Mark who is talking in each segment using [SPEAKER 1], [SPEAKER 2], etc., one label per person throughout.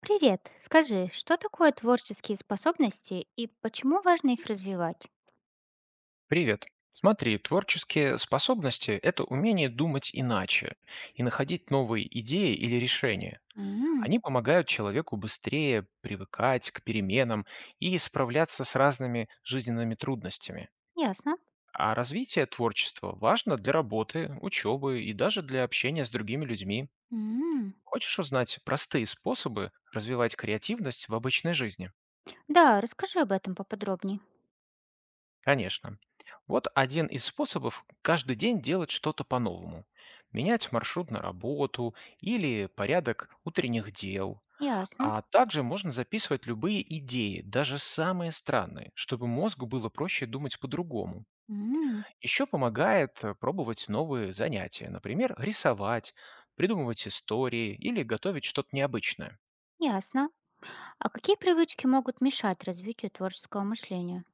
[SPEAKER 1] Привет! Скажи, что такое творческие способности и почему важно их развивать?
[SPEAKER 2] Привет. Смотри, творческие способности – это умение думать иначе и находить новые идеи или решения.
[SPEAKER 1] М.
[SPEAKER 2] Они помогают человеку быстрее привыкать к переменам и справляться с разными жизненными трудностями.
[SPEAKER 1] Ясно.
[SPEAKER 2] А развитие творчества важно для работы, учебы и даже для общения с другими людьми.
[SPEAKER 1] М.
[SPEAKER 2] Хочешь узнать простые способы развивать креативность в обычной жизни?
[SPEAKER 1] Да, расскажи об этом поподробнее.
[SPEAKER 2] Конечно. Вот один из способов – каждый день делать что-то по-новому. Менять маршрут на работу или порядок утренних дел.
[SPEAKER 1] Ясно.
[SPEAKER 2] А также можно записывать любые идеи, даже самые странные, чтобы мозгу было проще думать по-другому.
[SPEAKER 1] М.
[SPEAKER 2] Еще помогает пробовать новые занятия, например, рисовать, придумывать истории или готовить что-то необычное.
[SPEAKER 1] Ясно. А какие привычки могут мешать развитию творческого мышления?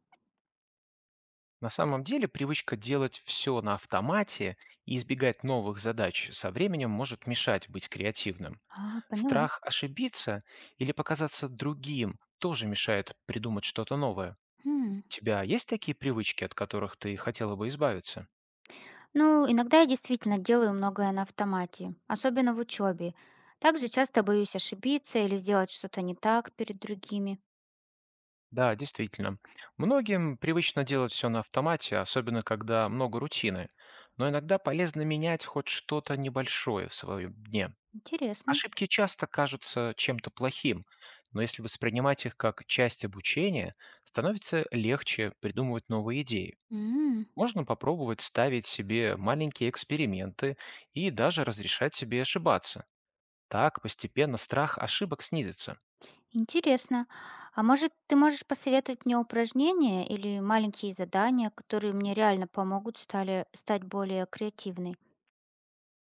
[SPEAKER 2] На самом деле привычка делать все на автомате и избегать новых задач со временем может мешать быть креативным.
[SPEAKER 1] А, поняла.
[SPEAKER 2] Страх ошибиться или показаться другим тоже мешает придумать что-то новое. У
[SPEAKER 1] М.
[SPEAKER 2] тебя есть такие привычки, от которых ты хотела бы избавиться?
[SPEAKER 1] Ну, иногда я действительно делаю многое на автомате, особенно в учебе. Также часто боюсь ошибиться или сделать что-то не так перед другими.
[SPEAKER 2] Да, действительно. Многим привычно делать все на автомате, особенно когда много рутины. Но иногда полезно менять хоть что-то небольшое в своем дне.
[SPEAKER 1] Интересно.
[SPEAKER 2] Ошибки часто кажутся чем-то плохим, но если воспринимать их как часть обучения, становится легче придумывать новые идеи. Можно попробовать ставить себе маленькие эксперименты и даже разрешать себе ошибаться. Так постепенно страх ошибок снизится.
[SPEAKER 1] Интересно. А может, ты можешь посоветовать мне упражнения или маленькие задания, которые мне реально помогут стать более креативной?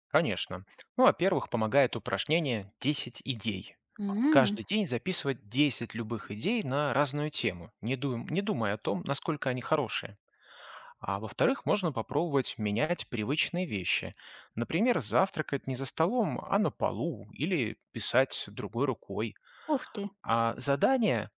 [SPEAKER 2] Конечно. Ну, во-первых, помогает упражнение «10 идей».
[SPEAKER 1] М.
[SPEAKER 2] Каждый день записывать 10 любых идей на разную тему, не думая о том, насколько они хорошие. А во-вторых, можно попробовать менять привычные вещи. Например, завтракать не за столом, а на полу, или писать другой рукой.
[SPEAKER 1] Ух ты,
[SPEAKER 2] А задание –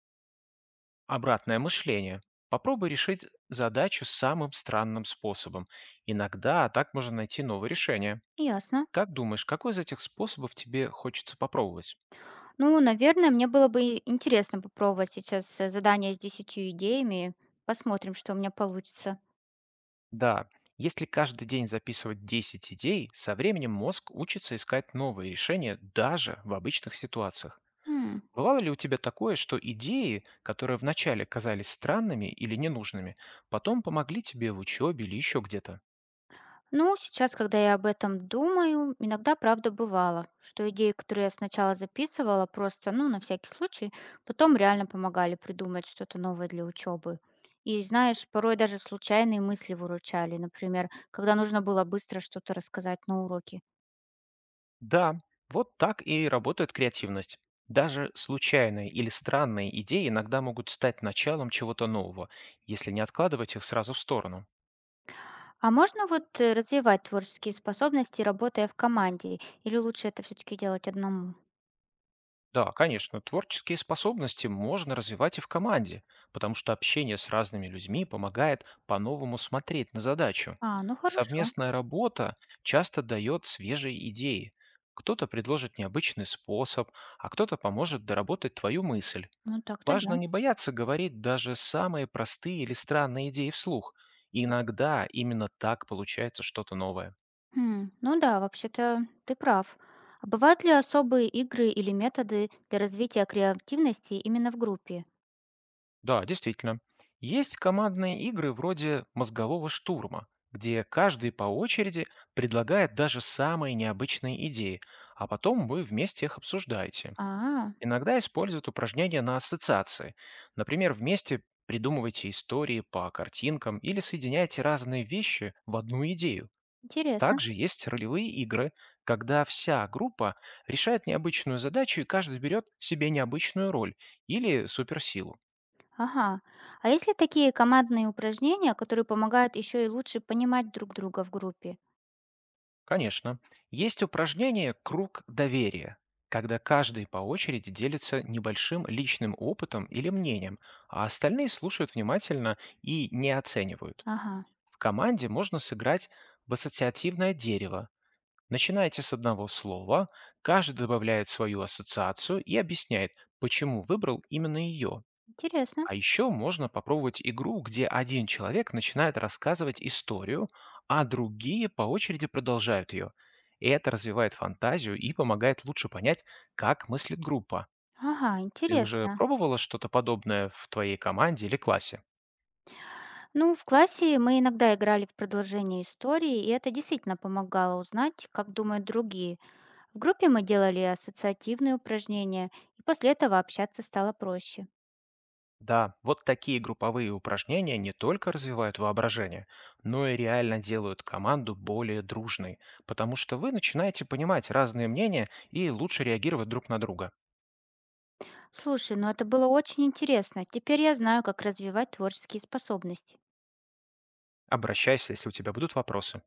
[SPEAKER 2] обратное мышление. Попробуй решить задачу самым странным способом. Иногда так можно найти новое решение.
[SPEAKER 1] ясно.
[SPEAKER 2] Как думаешь, какой из этих способов тебе хочется попробовать?
[SPEAKER 1] Ну, наверное, мне было бы интересно попробовать сейчас задание с десятью идеями. Посмотрим, что у меня получится.
[SPEAKER 2] Да, если каждый день записывать 10 идей, со временем мозг учится искать новые решения даже в обычных ситуациях.
[SPEAKER 1] М.
[SPEAKER 2] Бывало ли у тебя такое, что идеи, которые вначале казались странными или ненужными, потом помогли тебе в учебе или еще где-то?
[SPEAKER 1] Ну, сейчас, когда я об этом думаю, иногда правда бывало, что идеи, которые я сначала записывала, просто, ну, на всякий случай, потом реально помогали придумать что-то новое для учебы. И знаешь, порой даже случайные мысли выручали, например, когда нужно было быстро что-то рассказать на уроке.
[SPEAKER 2] Да, вот так и работает креативность. Даже случайные или странные идеи иногда могут стать началом чего-то нового, если не откладывать их сразу в сторону.
[SPEAKER 1] А можно вот развивать творческие способности, работая в команде, или лучше это все-таки делать одному?
[SPEAKER 2] Да, конечно, творческие способности можно развивать и в команде, потому что общение с разными людьми помогает по-новому смотреть на задачу.
[SPEAKER 1] А, ну хорошо,
[SPEAKER 2] Совместная работа часто дает свежие идеи. Кто-то предложит необычный способ, а кто-то поможет доработать твою мысль.
[SPEAKER 1] ну так-то
[SPEAKER 2] Важно
[SPEAKER 1] да.
[SPEAKER 2] не бояться говорить даже самые простые или странные идеи вслух. Иногда именно так получается что-то новое.
[SPEAKER 1] М, ну да, вообще-то ты прав. А бывают ли особые игры или методы для развития креативности именно в группе?
[SPEAKER 2] Да, действительно. Есть командные игры вроде «Мозгового штурма», где каждый по очереди предлагает даже самые необычные идеи, а потом вы вместе их обсуждаете.
[SPEAKER 1] А,
[SPEAKER 2] Иногда используют упражнения на ассоциации. Например, вместе придумывайте истории по картинкам или соединяйте разные вещи в одну идею.
[SPEAKER 1] интересно.
[SPEAKER 2] Также есть ролевые игры, когда вся группа решает необычную задачу и каждый берет себе необычную роль или суперсилу.
[SPEAKER 1] Ага. А есть ли такие командные упражнения, которые помогают еще и лучше понимать друг друга в группе?
[SPEAKER 2] Конечно. Есть упражнение «Круг доверия», когда каждый по очереди делится небольшим личным опытом или мнением, а остальные слушают внимательно и не оценивают.
[SPEAKER 1] Ага,
[SPEAKER 2] В команде можно сыграть в ассоциативное дерево. Начинаете с одного слова, каждый добавляет свою ассоциацию и объясняет, почему выбрал именно ее.
[SPEAKER 1] интересно.
[SPEAKER 2] А еще можно попробовать игру, где один человек начинает рассказывать историю, а другие по очереди продолжают ее. И это развивает фантазию и помогает лучше понять, как мыслит группа.
[SPEAKER 1] Ага,
[SPEAKER 2] Ты уже
[SPEAKER 1] интересно.
[SPEAKER 2] пробовала что-то подобное в твоей команде или классе?
[SPEAKER 1] Ну, в классе мы иногда играли в продолжение истории, и это действительно помогало узнать, как думают другие. В группе мы делали ассоциативные упражнения, и после этого общаться стало проще.
[SPEAKER 2] Да, вот такие групповые упражнения не только развивают воображение, но и реально делают команду более дружной, потому что вы начинаете понимать разные мнения и лучше реагировать друг на друга.
[SPEAKER 1] Слушай, ну это было очень интересно. Теперь я знаю, как развивать творческие способности.
[SPEAKER 2] Обращайся, если у тебя будут вопросы.